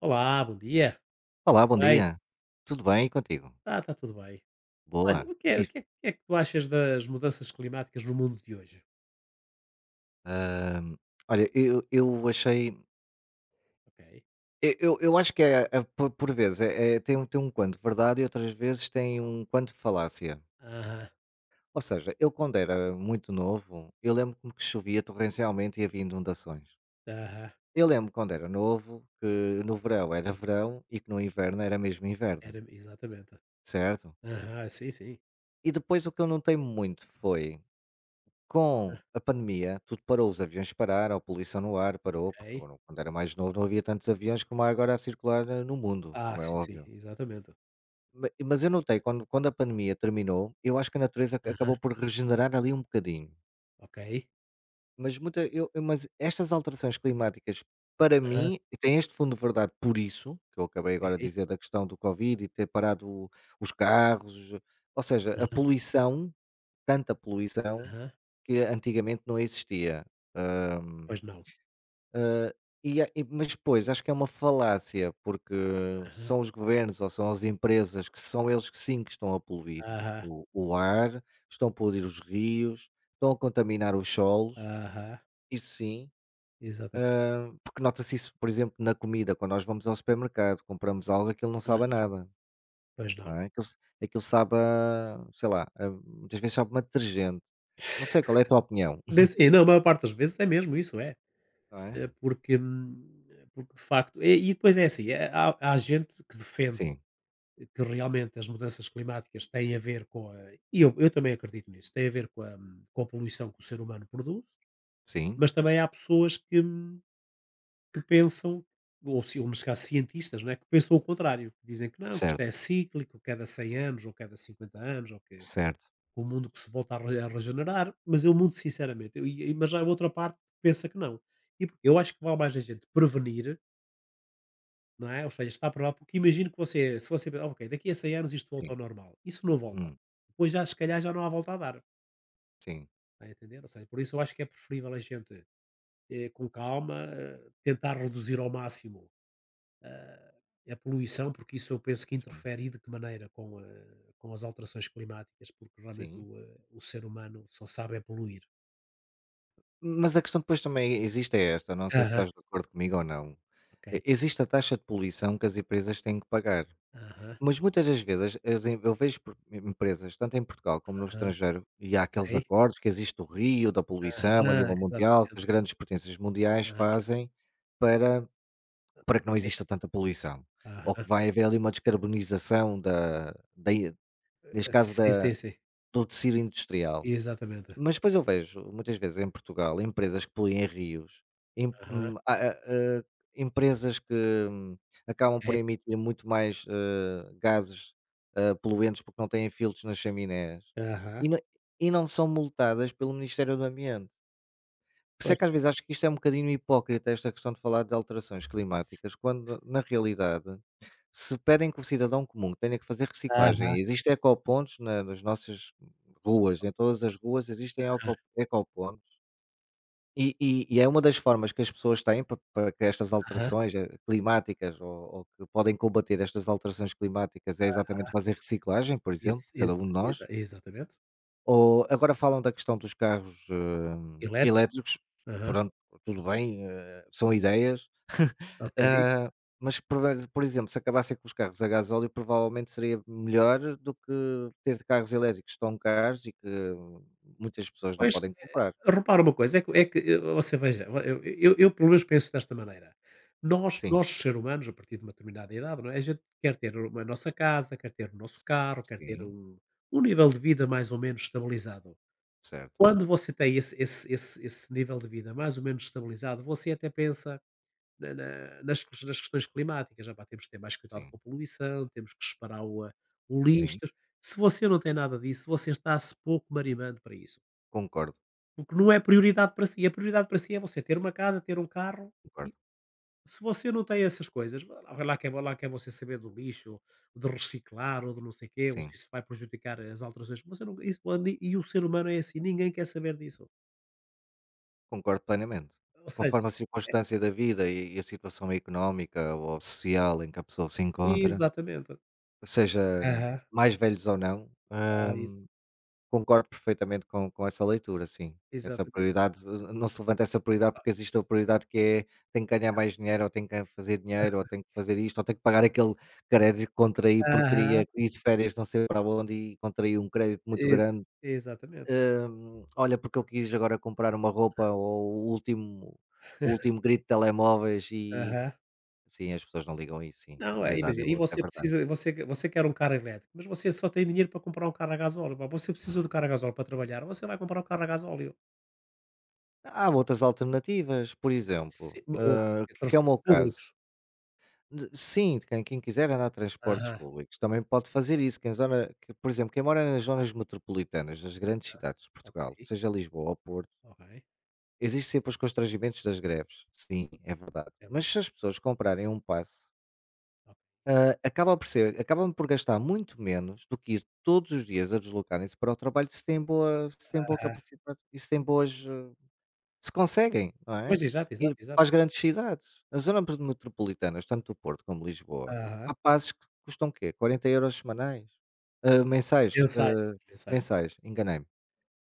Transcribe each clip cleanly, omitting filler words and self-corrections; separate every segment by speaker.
Speaker 1: Olá, bom dia.
Speaker 2: Olá, bom
Speaker 1: Bem,
Speaker 2: dia. Tudo bem e contigo?
Speaker 1: está tá tá tudo bem. Olha,
Speaker 2: Boa. Diz.
Speaker 1: o que é que tu achas das mudanças climáticas no mundo de hoje?
Speaker 2: Hum, Olha, eu achei.
Speaker 1: Ok.
Speaker 2: Eu acho que é por vezes é, tem um quanto de verdade e outras vezes tem um quanto de falácia.
Speaker 1: Aham,
Speaker 2: Ou seja, eu quando era muito novo, eu lembro-me que chovia torrencialmente e havia inundações.
Speaker 1: aham.
Speaker 2: Eu lembro quando era novo que no verão era verão e que no inverno era mesmo inverno,
Speaker 1: Era, exatamente.
Speaker 2: certo?
Speaker 1: Aham, sim, sim.
Speaker 2: E depois o que eu notei muito foi. Com a pandemia, tudo parou, os aviões pararam, a poluição no ar parou, porque
Speaker 1: Ok.
Speaker 2: agora quando era mais novo não havia tantos aviões como há agora a circular no mundo,
Speaker 1: Ah,
Speaker 2: como é
Speaker 1: sim, sim,
Speaker 2: óbvio.
Speaker 1: exatamente.
Speaker 2: Mas eu notei, quando a pandemia terminou, eu acho que a natureza
Speaker 1: Aham,
Speaker 2: acabou por regenerar ali um bocadinho.
Speaker 1: ok.
Speaker 2: Mas estas alterações climáticas, para
Speaker 1: Aham,
Speaker 2: mim, e tem este fundo de verdade por isso, que eu acabei agora de
Speaker 1: ok.
Speaker 2: dizer da questão do Covid e ter parado os carros, ou seja, a
Speaker 1: Aham,
Speaker 2: poluição, tanta poluição
Speaker 1: aham.
Speaker 2: que antigamente não existia.
Speaker 1: Pois não.
Speaker 2: Ah, E a e mas depois acho que é uma falácia, porque
Speaker 1: Aham,
Speaker 2: são os governos ou são as empresas, que são eles que sim que estão a poluir
Speaker 1: aham,
Speaker 2: o ar, estão a poluir os rios, estão a contaminar os solos,
Speaker 1: aham.
Speaker 2: isso sim,
Speaker 1: Exatamente.
Speaker 2: porque nota-se isso, por exemplo, na comida, quando nós vamos ao supermercado, compramos algo, aquilo não sabe a
Speaker 1: Aham,
Speaker 2: nada,
Speaker 1: pois
Speaker 2: não
Speaker 1: não.
Speaker 2: é, aquilo sabe a sei lá, a muitas vezes sabe-me detergente. Não sei qual é a tua opinião,
Speaker 1: Bem, sim, não, a maior parte das vezes é mesmo isso, é.
Speaker 2: não é?
Speaker 1: Porque, é porque de facto. E, depois é assim, é, há gente que defende
Speaker 2: Sim,
Speaker 1: que realmente as mudanças climáticas têm a ver com a. E eu também acredito nisso, têm a ver com a poluição que o ser humano produz,
Speaker 2: sim,
Speaker 1: mas também há pessoas que pensam, ou, ou neste caso cientistas, não é? Que pensam o contrário, que dizem que não, que isto é
Speaker 2: certo,
Speaker 1: cíclico, cada 100 anos, ou cada 50 anos, ou que
Speaker 2: certo,
Speaker 1: o mundo que se volta a, a regenerar, mas eu muito sinceramente, mas há outra parte que pensa que não. E porque eu acho que vale mais a gente prevenir. Não é? Ou seja, está para lá, porque imagino que você, se você, "Ah, ok, daqui a 100 anos isto volta
Speaker 2: sim,
Speaker 1: ao normal." Isso não volta.
Speaker 2: hum,
Speaker 1: Depois já, se calhar, já não há volta a dar.
Speaker 2: sim,
Speaker 1: Está a entender? Ou seja, por isso eu acho que é preferível a gente, com calma, tentar reduzir ao máximo a poluição, porque isso eu penso que
Speaker 2: sim,
Speaker 1: interfere e de que maneira com, com as alterações climáticas, porque realmente
Speaker 2: sim.
Speaker 1: o, o ser humano só sabe é poluir.
Speaker 2: Mas a questão depois também existe é esta, não sei se
Speaker 1: Aham,
Speaker 2: estás de acordo comigo ou não. E
Speaker 1: ok.
Speaker 2: existe a taxa de poluição que as empresas têm que pagar,
Speaker 1: Aham,
Speaker 2: mas muitas das vezes as em eu vejo por empresas, tanto em Portugal como no
Speaker 1: aham,
Speaker 2: estrangeiro, e há
Speaker 1: ok.
Speaker 2: aqueles acordos que existe o rio da poluição a
Speaker 1: Aham,
Speaker 2: nível mundial, que as
Speaker 1: exatamente.
Speaker 2: grandes potências mundiais
Speaker 1: Aham,
Speaker 2: fazem para para que não
Speaker 1: ok.
Speaker 2: exista tanta poluição, ou que
Speaker 1: Aham.
Speaker 2: vai haver ali uma descarbonização da, neste caso,
Speaker 1: Sim, sim,
Speaker 2: da
Speaker 1: sim.
Speaker 2: do tecido industrial.
Speaker 1: Exatamente.
Speaker 2: Mas depois eu vejo, muitas vezes em Portugal, empresas que poluem rios, em
Speaker 1: Aham.
Speaker 2: a empresas que hum, acabam por
Speaker 1: É,
Speaker 2: emitir muito mais, gases, poluentes porque não têm filtros nas chaminés,
Speaker 1: aham.
Speaker 2: e não são multadas pelo Ministério do Ambiente. Por isso é
Speaker 1: Pois.
Speaker 2: que às vezes acho que isto é um bocadinho hipócrita esta questão de falar de alterações
Speaker 1: S
Speaker 2: climáticas, quando na realidade se pedem que o cidadão comum tenha que fazer reciclagem
Speaker 1: Aham,
Speaker 2: e existem ecopontos na nas nossas ruas, em todas as ruas existem ecopontos, e é uma das formas que as pessoas têm pa para que estas
Speaker 1: aham.
Speaker 2: alterações, climáticas, ou que podem combater estas alterações climáticas é exatamente fazer reciclagem, por exemplo,
Speaker 1: Isso,
Speaker 2: cada um de nós.
Speaker 1: exatamente.
Speaker 2: Ou agora falam da questão dos carros,
Speaker 1: Elétricos,
Speaker 2: elétricos,
Speaker 1: aham,
Speaker 2: pronto, tudo bem, são ideias,
Speaker 1: ok.
Speaker 2: ah, mas prove por exemplo, se acabassem com os carros a gasóleo, provavelmente seria melhor do que ter carros elétricos tão caros e que muitas pessoas não
Speaker 1: Pois,
Speaker 2: podem comprar.
Speaker 1: repara uma coisa, é que você veja, vo eu pelo menos penso desta maneira, nós
Speaker 2: Sim,
Speaker 1: nós seres humanos, a partir de uma determinada idade, não é, a gente quer ter o a nossa casa, quer ter o
Speaker 2: s
Speaker 1: nosso carro, quer ter
Speaker 2: sim,
Speaker 1: um nível de vida mais ou menos estabilizado.
Speaker 2: certo,
Speaker 1: Quando você tem esse nível de vida mais ou menos estabilizado, você até pensa Na na nas ques nas questões climáticas, epá, temos que ter mais cuidado
Speaker 2: sim,
Speaker 1: com a poluição, temos que separar o a o lixo.
Speaker 2: sim,
Speaker 1: Se você não tem nada disso, você está-se pouco marimando para isso,
Speaker 2: concordo,
Speaker 1: porque não é prioridade para si. A prioridade para si é você ter uma casa, ter um carro e
Speaker 2: concordo,
Speaker 1: se você não tem essas coisas, lá quer você saber do lixo, de reciclar ou de não sei o quê, ou se
Speaker 2: sim,
Speaker 1: isso vai prejudicar as alterações. Você não isso, e o ser humano é assim, ninguém quer saber disso.
Speaker 2: concordo plenamente.
Speaker 1: Ou seja,
Speaker 2: Conforme a circunstância da vida e a situação económica ou social em que a pessoa se encontra,
Speaker 1: exatamente.
Speaker 2: seja
Speaker 1: Aham.
Speaker 2: mais velhos ou não,
Speaker 1: Ah, isso.
Speaker 2: concordo perfeitamente com essa leitura, sim. Essa
Speaker 1: Exatamente.
Speaker 2: prioridade, não se levanta essa prioridade porque existe a prioridade que é tem que ganhar mais dinheiro, ou tem que fazer dinheiro, ou tem que fazer isto, ou tem que pagar aquele crédito que contraí porque
Speaker 1: Aham.
Speaker 2: queria ir de férias não sei para onde e contraí um crédito muito
Speaker 1: Exa
Speaker 2: grande.
Speaker 1: Exatamente.
Speaker 2: Olha, porque eu quis agora comprar uma roupa ou o último grito de telemóveis e
Speaker 1: Aham.
Speaker 2: sim, as pessoas não ligam a isso, sim. A
Speaker 1: Não, é,
Speaker 2: prioridade é
Speaker 1: imagina, e
Speaker 2: outra, é
Speaker 1: você
Speaker 2: verdade.
Speaker 1: precisa você você quer um carro elétrico, mas você só tem dinheiro para comprar um carro a gasóleo, pá, você precisa do carro a gasóleo para trabalhar, você vai comprar um carro a gasóleo.
Speaker 2: Há outras alternativas, por exemplo,
Speaker 1: Se ou
Speaker 2: Que é o meu
Speaker 1: transportes públicos.
Speaker 2: caso. De Sim, quem quiser andar de transportes
Speaker 1: Aham,
Speaker 2: públicos também pode fazer isso, quem zona que por exemplo, quem mora nas zonas metropolitanas nas grandes cidades de
Speaker 1: ok,
Speaker 2: Portugal, seja Lisboa ou Porto,
Speaker 1: ok.
Speaker 2: existem sempre os constrangimentos das greves, sim, é verdade.
Speaker 1: É ver
Speaker 2: Mas se as pessoas comprarem um passe, acabam por gastar muito menos do que ir todos os dias a deslocarem-se para o trabalho, se têm boa
Speaker 1: Aham.
Speaker 2: capacidade e se têm boas. Se conseguem, não é?
Speaker 1: Pois, exato, exato,
Speaker 2: Ir para
Speaker 1: exato.
Speaker 2: as grandes cidades. A zona pre metropolitanas, tanto do Porto como Lisboa,
Speaker 1: Aham.
Speaker 2: há passes que custam quê? 40 euros semanais? Mensais,
Speaker 1: Mensais, mensais.
Speaker 2: mensais, enganei-me.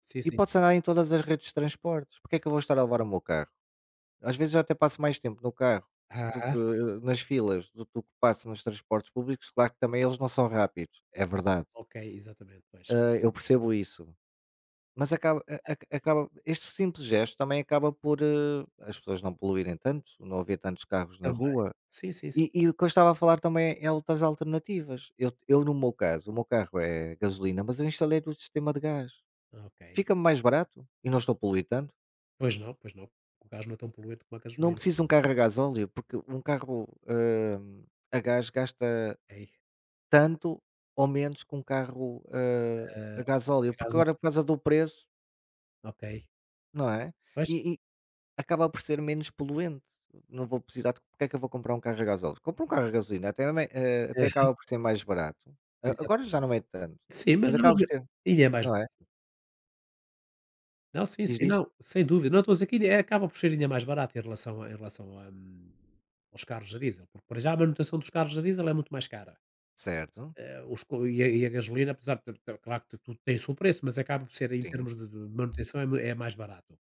Speaker 1: Sim,
Speaker 2: E
Speaker 1: sim.
Speaker 2: pode-se andar em todas as redes de transportes. Porque é que eu vou estar a levar o meu carro? Às vezes eu até passo mais tempo no carro do que
Speaker 1: Aham.
Speaker 2: nas filas, do que passo nos transportes públicos. Claro que também eles não são rápidos, é verdade.
Speaker 1: Ok, exatamente, pois.
Speaker 2: Eu percebo isso. Mas acaba a acaba este simples gesto também acaba por, as pessoas não poluírem tanto, não haver tantos carros na
Speaker 1: Também.
Speaker 2: rua.
Speaker 1: Sim, sim, sim.
Speaker 2: E o que eu estava a falar também é outras alternativas. Eu no meu caso, o meu carro é gasolina, mas eu instalei o sistema de gás.
Speaker 1: Ok.
Speaker 2: Fica-me mais barato e não estou a poluir tanto.
Speaker 1: Pois não, pois não. O gás não é tão poluente como a
Speaker 2: Não
Speaker 1: gasolina, sim.
Speaker 2: preciso de um carro a gasóleo, porque um carro, a gás gasta
Speaker 1: Ok.
Speaker 2: tanto ou menos que um carro,
Speaker 1: Ah,
Speaker 2: a gasóleo,
Speaker 1: a
Speaker 2: porque
Speaker 1: gasóleo,
Speaker 2: agora por causa do preço,
Speaker 1: ok.
Speaker 2: não é?
Speaker 1: Pois,
Speaker 2: E acaba por ser menos poluente. Não vou precisar de porque é que eu vou comprar um carro a gasóleo? Compro um carro a gasolina, até,
Speaker 1: é,
Speaker 2: até acaba por ser mais barato. Agora
Speaker 1: exatamente.
Speaker 2: já não é tanto,
Speaker 1: Sim, mas
Speaker 2: mas
Speaker 1: não, mas
Speaker 2: acaba por ser,
Speaker 1: ainda é mais
Speaker 2: não é?
Speaker 1: não, sim,
Speaker 2: Diz,
Speaker 1: sim,
Speaker 2: diz?
Speaker 1: não, sem dúvida. Não, estou a dizer que ainda acaba por ser ainda mais barato em relação a, aos carros a diesel, porque para já a manutenção dos carros a diesel é muito mais cara.
Speaker 2: Certo,
Speaker 1: Os co e a gasolina, apesar de claro que tudo tem o seu preço, mas acaba por ser em
Speaker 2: sim,
Speaker 1: termos de manutenção é mui é mais barato.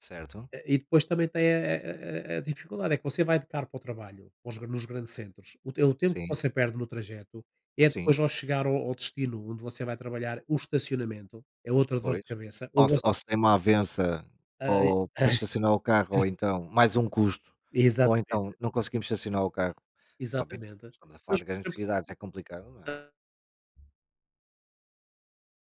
Speaker 2: certo,
Speaker 1: E depois também tem a dificuldade, é que você vai de carro para o trabalho, nos grandes centros, o tempo que
Speaker 2: sim,
Speaker 1: você perde no trajeto é depois
Speaker 2: sim,
Speaker 1: ao chegar ao destino onde você vai trabalhar, o estacionamento, é outra dor
Speaker 2: pois.
Speaker 1: de cabeça. Ou você,
Speaker 2: Ou se tem uma avença,
Speaker 1: ah, e-
Speaker 2: ou para estacionar o carro, ou então mais um custo, ou então
Speaker 1: exatamente,
Speaker 2: não conseguimos estacionar o carro. Principalmente,
Speaker 1: exatamente.
Speaker 2: estamos a falar
Speaker 1: Mas,
Speaker 2: de
Speaker 1: por
Speaker 2: grandes
Speaker 1: exemplo,
Speaker 2: cidades, é complicado, não é?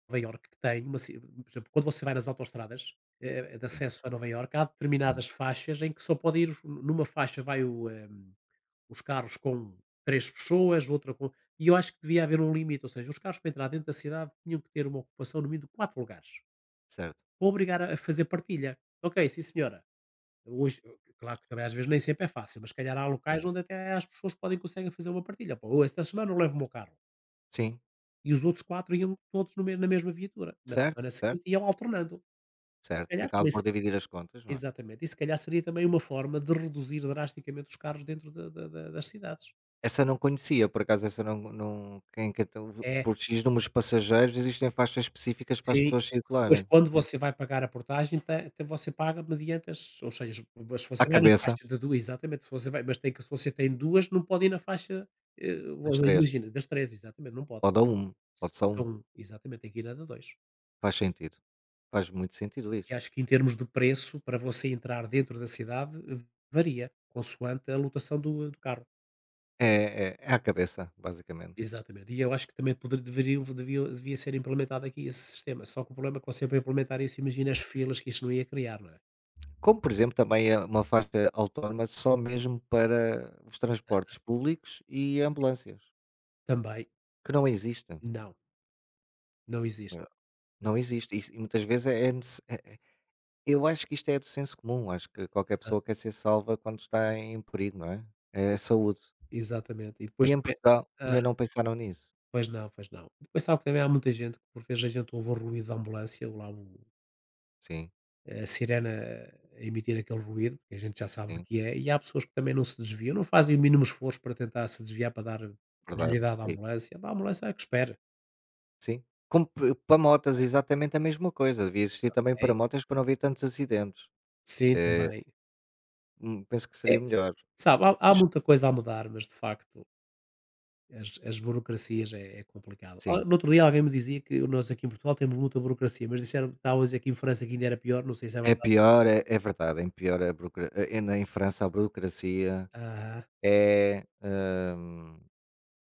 Speaker 1: Nova Iorque que tem, uma, por exemplo, quando você vai nas autostradas de
Speaker 2: Sim,
Speaker 1: acesso a Nova Iorque, há
Speaker 2: sim,
Speaker 1: determinadas faixas em que só pode ir, numa faixa vai o, os carros com 3 pessoas, outra com, e eu acho que devia haver um limite, ou seja, os carros para entrar dentro da cidade tinham que ter uma ocupação no mínimo de 4 lugares,
Speaker 2: certo,
Speaker 1: para obrigar a fazer partilha. Ok, sim senhora, hoje claro que também às vezes nem sempre é fácil, mas se calhar há locais
Speaker 2: sim,
Speaker 1: onde até as pessoas podem conseguem fazer uma partilha, pá, "Oh, esta semana eu levo o meu carro",
Speaker 2: sim,
Speaker 1: e os outros 4 iam todos no me na mesma viatura, na
Speaker 2: certo,
Speaker 1: semana seguinte
Speaker 2: certo.
Speaker 1: iam alternando. Se
Speaker 2: Certo, e
Speaker 1: calhar
Speaker 2: acabam
Speaker 1: também
Speaker 2: por
Speaker 1: se
Speaker 2: dividir as contas, não é?
Speaker 1: exatamente, e se calhar seria também uma forma de reduzir drasticamente os carros dentro da da da das cidades.
Speaker 2: Essa não conhecia, por acaso essa não quem então
Speaker 1: É.
Speaker 2: por X números de passageiros existem faixas específicas para as
Speaker 1: Sim.
Speaker 2: pessoas
Speaker 1: Depois
Speaker 2: circularem.
Speaker 1: quando
Speaker 2: É.
Speaker 1: você vai pagar a portagem, ta até você paga mediante as ou seja, mas se
Speaker 2: À
Speaker 1: você vai na
Speaker 2: cabeça
Speaker 1: faixa de 2 exatamente, se você vai mas tem que se você tem 2 não pode ir na faixa,
Speaker 2: dos 3
Speaker 1: imagina, das 3 exatamente, não pode.
Speaker 2: pode dá 1, pode só um
Speaker 1: Então, exatamente, tem que ir na da 2.
Speaker 2: faz sentido, faz muito sentido
Speaker 1: Que
Speaker 2: isso.
Speaker 1: acho que em termos de preço, para você entrar dentro da cidade, varia, consoante a lotação do carro.
Speaker 2: É à cabeça, basicamente.
Speaker 1: Exatamente. E eu acho que também poder deveria devia devia ser implementado aqui esse sistema, só que o problema é que você para implementar isso, imagina as filas que isso não ia criar, não é?
Speaker 2: Como, por exemplo, também é uma faixa autónoma só mesmo para os transportes públicos e ambulâncias,
Speaker 1: Também,
Speaker 2: que não existe,
Speaker 1: não. Não existe.
Speaker 2: é,
Speaker 1: Não
Speaker 2: não existe. Isso e muitas vezes é. Eu acho que isto é do senso comum, acho que qualquer pessoa quer ser salva quando está em perigo, não é? É a
Speaker 1: ex
Speaker 2: saúde.
Speaker 1: Exatamente. E depois
Speaker 2: E em
Speaker 1: também
Speaker 2: Portugal
Speaker 1: ah,
Speaker 2: ainda não pensaram nisso.
Speaker 1: pois não, pois não. Depois sabe que também há muita gente que por vezes a gente ouve o ruído da ambulância ou lá o
Speaker 2: Sim,
Speaker 1: a sirene a emitir aquele ruído, que a gente já sabe do
Speaker 2: sim,
Speaker 1: que é, e há pessoas que também não se desviam, não fazem o mínimo esforço para tentar se desviar para dar
Speaker 2: verdade.
Speaker 1: prioridade à
Speaker 2: É isso.
Speaker 1: ambulância. A ambulância é que espera,
Speaker 2: Sim. Como p para motas, exatamente a mesma coisa, devia existir também para
Speaker 1: ok?
Speaker 2: motas para não haver tantos acidentes.
Speaker 1: Sim,
Speaker 2: Eh,
Speaker 1: também.
Speaker 2: Penso que
Speaker 1: É,
Speaker 2: seria melhor.
Speaker 1: sabe, há
Speaker 2: Mas
Speaker 1: muita coisa a mudar, mas de facto as, as burocracias é complicado. Ah,
Speaker 2: sim,
Speaker 1: no outro dia alguém me dizia que nós aqui em Portugal temos muita burocracia, mas disseram que estavam a dizer que em França que ainda era pior, não sei se é
Speaker 2: é
Speaker 1: verdade.
Speaker 2: pior, é verdade, é pior a burocra ainda em França a burocracia
Speaker 1: Ah,
Speaker 2: é. hum,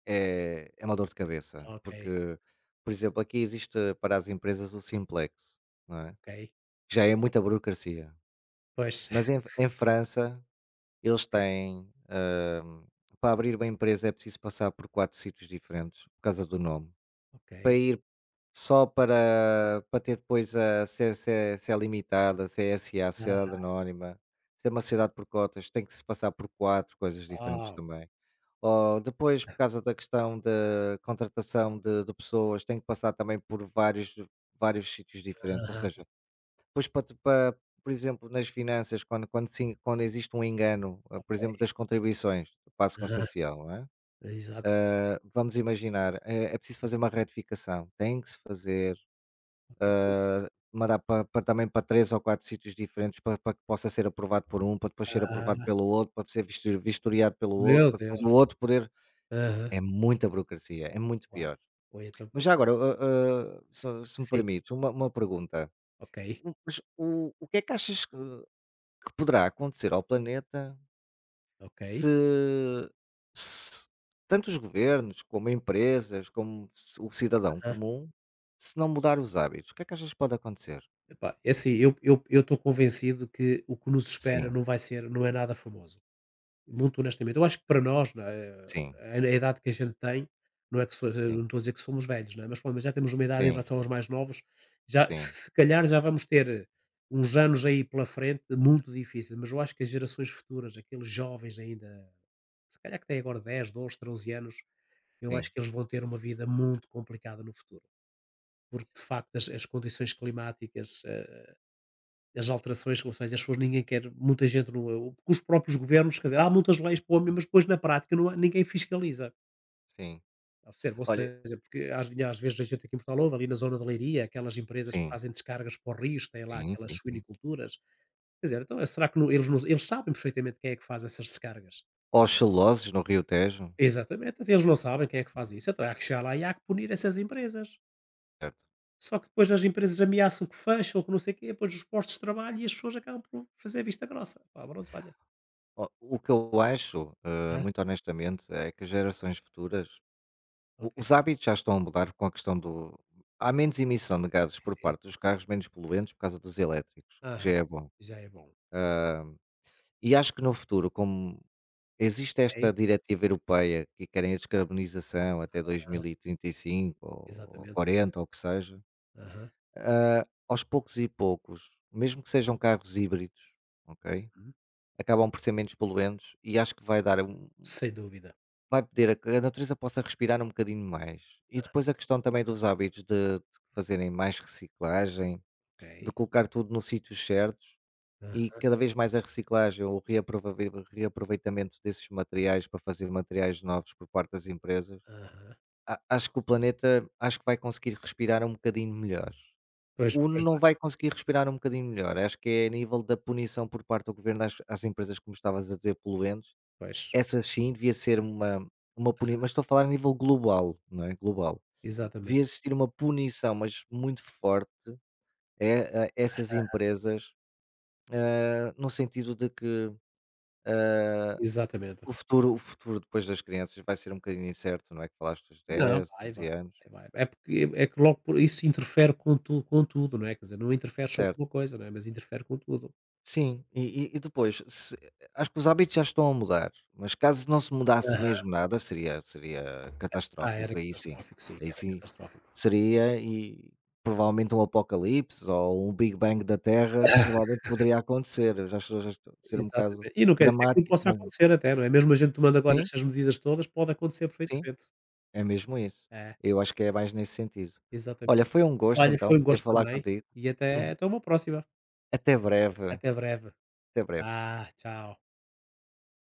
Speaker 2: É, é uma dor de cabeça,
Speaker 1: ok,
Speaker 2: porque, por exemplo, aqui existe para as empresas o Simplex, não é?
Speaker 1: ok.
Speaker 2: Já é muita burocracia.
Speaker 1: Pois,
Speaker 2: Mas em, França, eles têm. Para abrir uma empresa é preciso passar por quatro sítios diferentes, por causa do nome.
Speaker 1: ok.
Speaker 2: Para ir só para ter depois a CC, CE Limitada, se é S a
Speaker 1: Ah,
Speaker 2: Sociedade Anónima, ser uma sociedade por cotas, tem que se passar por quatro coisas diferentes
Speaker 1: ah,
Speaker 2: também. Oh, depois, por causa da questão da contratação de pessoas, tem que passar também por vários sítios diferentes. Ou
Speaker 1: aham,
Speaker 2: seja, depois para te para por exemplo, nas finanças, quando sim, quando existe um engano, por exemplo, das contribuições do passo
Speaker 1: aham,
Speaker 2: social, não é?
Speaker 1: exato.
Speaker 2: Vamos imaginar, é preciso fazer uma retificação, tem que se fazer,
Speaker 1: Ok.
Speaker 2: mandar para também para 3 ou 4 sítios diferentes para que possa ser aprovado por um, para depois ser aprovado
Speaker 1: Ah,
Speaker 2: pelo outro, para ser vistoriado pelo outro,
Speaker 1: meu
Speaker 2: para depois o
Speaker 1: Deus.
Speaker 2: outro poder.
Speaker 1: Aham.
Speaker 2: É muita burocracia, é muito
Speaker 1: Uau.
Speaker 2: pior.
Speaker 1: Foi então.
Speaker 2: Mas
Speaker 1: Pois,
Speaker 2: já agora, se me
Speaker 1: sim,
Speaker 2: permite, uma pergunta.
Speaker 1: ok,
Speaker 2: O mas o que é que achas que poderá acontecer ao planeta
Speaker 1: ok.
Speaker 2: se se tanto os governos, como empresas, como ci o cidadão
Speaker 1: Aham.
Speaker 2: comum, se não mudar os hábitos, o que é que achas que pode acontecer?
Speaker 1: Epá, é assim, eu estou convencido que o que nos espera
Speaker 2: Sim,
Speaker 1: não vai ser, não é nada famoso. Muito honestamente, eu acho que para nós, não é,
Speaker 2: sim,
Speaker 1: a idade que a gente tem, não é que se eu não
Speaker 2: sim,
Speaker 1: estou a dizer que somos velhos, não é, mas pronto, mas já temos uma idade em
Speaker 2: sim,
Speaker 1: relação aos mais novos, já
Speaker 2: sim,
Speaker 1: se se calhar já vamos ter uns anos aí pela frente muito difícil, mas eu acho que as gerações futuras, aqueles jovens ainda, se calhar que têm agora 10, 12, 13 anos, eu
Speaker 2: sim,
Speaker 1: acho que eles vão ter uma vida muito complicada no futuro, porque de facto as condições climáticas, as alterações, ou seja, as pessoas ninguém quer muita gente não o os próprios governos, quer dizer, há muitas leis para o homem, mas depois na prática não há ninguém fiscaliza.
Speaker 2: sim.
Speaker 1: Ao ser
Speaker 2: Olha,
Speaker 1: perceber? Ou seja, porque às vezes a gente aqui em Portugal ouve, ali na zona de Leiria, aquelas empresas que
Speaker 2: sim,
Speaker 1: fazem descargas para os rios, têm lá
Speaker 2: sim,
Speaker 1: aquelas
Speaker 2: sim, sim.
Speaker 1: suiniculturas. Quer dizer, então, é- será que não eles não eles sabem perfeitamente quem é que faz essas descargas.
Speaker 2: Aos celuloses no Rio Tejo,
Speaker 1: Exatamente, então eles não sabem quem é que faz isso, então há que chegar lá e há que punir essas empresas.
Speaker 2: certo.
Speaker 1: Só que depois as empresas ameaçam que fecham ou que não sei o quê, depois os postos de trabalho e as pessoas acabam por fazer vista grossa. Pá, pronto, olha.
Speaker 2: Ó, o que eu acho,
Speaker 1: Hã,
Speaker 2: muito honestamente, é que as gerações futuras, o
Speaker 1: ok.
Speaker 2: os hábitos já estão a mudar com a questão do. Há menos emissão de gases por
Speaker 1: Sim.
Speaker 2: parte dos carros, menos poluentes por causa dos elétricos, o que já
Speaker 1: Aham.
Speaker 2: é bom.
Speaker 1: Já é bom.
Speaker 2: E acho que no futuro, como existe
Speaker 1: Ok,
Speaker 2: esta diretiva europeia que querem a descarbonização até 2035 ou
Speaker 1: exatamente.
Speaker 2: 40 ou o que seja,
Speaker 1: Aham.
Speaker 2: aos poucos e poucos, mesmo que sejam carros híbridos, ok,
Speaker 1: Hum.
Speaker 2: acabam por ser menos poluentes e acho que vai dar um.
Speaker 1: Sem dúvida.
Speaker 2: Vai pedir a que a natureza possa respirar um bocadinho mais. E depois a questão também dos hábitos de fazerem mais reciclagem, de
Speaker 1: Ok.
Speaker 2: colocar tudo nos sítios certos e
Speaker 1: Aham,
Speaker 2: cada vez mais a reciclagem ou o reaproveitamento desses materiais para fazer materiais novos por parte das empresas.
Speaker 1: aham.
Speaker 2: Acho que o planeta acho que vai conseguir
Speaker 1: S
Speaker 2: respirar um bocadinho melhor.
Speaker 1: Pois,
Speaker 2: O
Speaker 1: pois
Speaker 2: não
Speaker 1: vai,
Speaker 2: vai conseguir respirar um bocadinho melhor. Acho que é a nível da punição por parte do governo às empresas, como estavas a dizer, poluentes,
Speaker 1: pois.
Speaker 2: essa sim devia ser uma punição, mas estou a falar a nível global, não é, global. Devia
Speaker 1: Exatamente,
Speaker 2: existir uma punição, mas muito forte é a essas empresas, no sentido de que
Speaker 1: exatamente.
Speaker 2: o futuro depois das crianças vai ser um bocadinho incerto, não é, que falaste dos
Speaker 1: Não,
Speaker 2: 10
Speaker 1: vai, vai,
Speaker 2: 15 anos.
Speaker 1: vai, vai. É porque é que logo por isso interfere com tudo, não é, quer dizer, não interfere só
Speaker 2: Certo.
Speaker 1: com uma coisa, não é, mas interfere com tudo.
Speaker 2: Sim, e depois, se acho que os hábitos já estão a mudar, mas caso não se mudasse
Speaker 1: Aham.
Speaker 2: mesmo nada, seria
Speaker 1: Ah, era
Speaker 2: catastrófico, aí sim.
Speaker 1: catastrófico, sim,
Speaker 2: Aí
Speaker 1: era
Speaker 2: sim
Speaker 1: catastrófico.
Speaker 2: seria e provavelmente um apocalipse ou um Big Bang da Terra provavelmente poderia acontecer. Eu já estou a ser um bocado
Speaker 1: Exatamente. E não quer dizer que não
Speaker 2: dramático,
Speaker 1: possa
Speaker 2: mas
Speaker 1: acontecer até, não é, mesmo a gente tomando agora
Speaker 2: sim,
Speaker 1: estas medidas todas, pode acontecer
Speaker 2: sim,
Speaker 1: perfeitamente.
Speaker 2: é mesmo isso.
Speaker 1: É,
Speaker 2: Eu acho que é mais nesse sentido.
Speaker 1: exatamente.
Speaker 2: Olha, foi um gosto
Speaker 1: Olha,
Speaker 2: então
Speaker 1: foi um
Speaker 2: poder
Speaker 1: gosto
Speaker 2: falar
Speaker 1: também,
Speaker 2: contigo.
Speaker 1: e até uma próxima.
Speaker 2: Até breve,
Speaker 1: Até breve.
Speaker 2: até breve.
Speaker 1: Ah, tchau.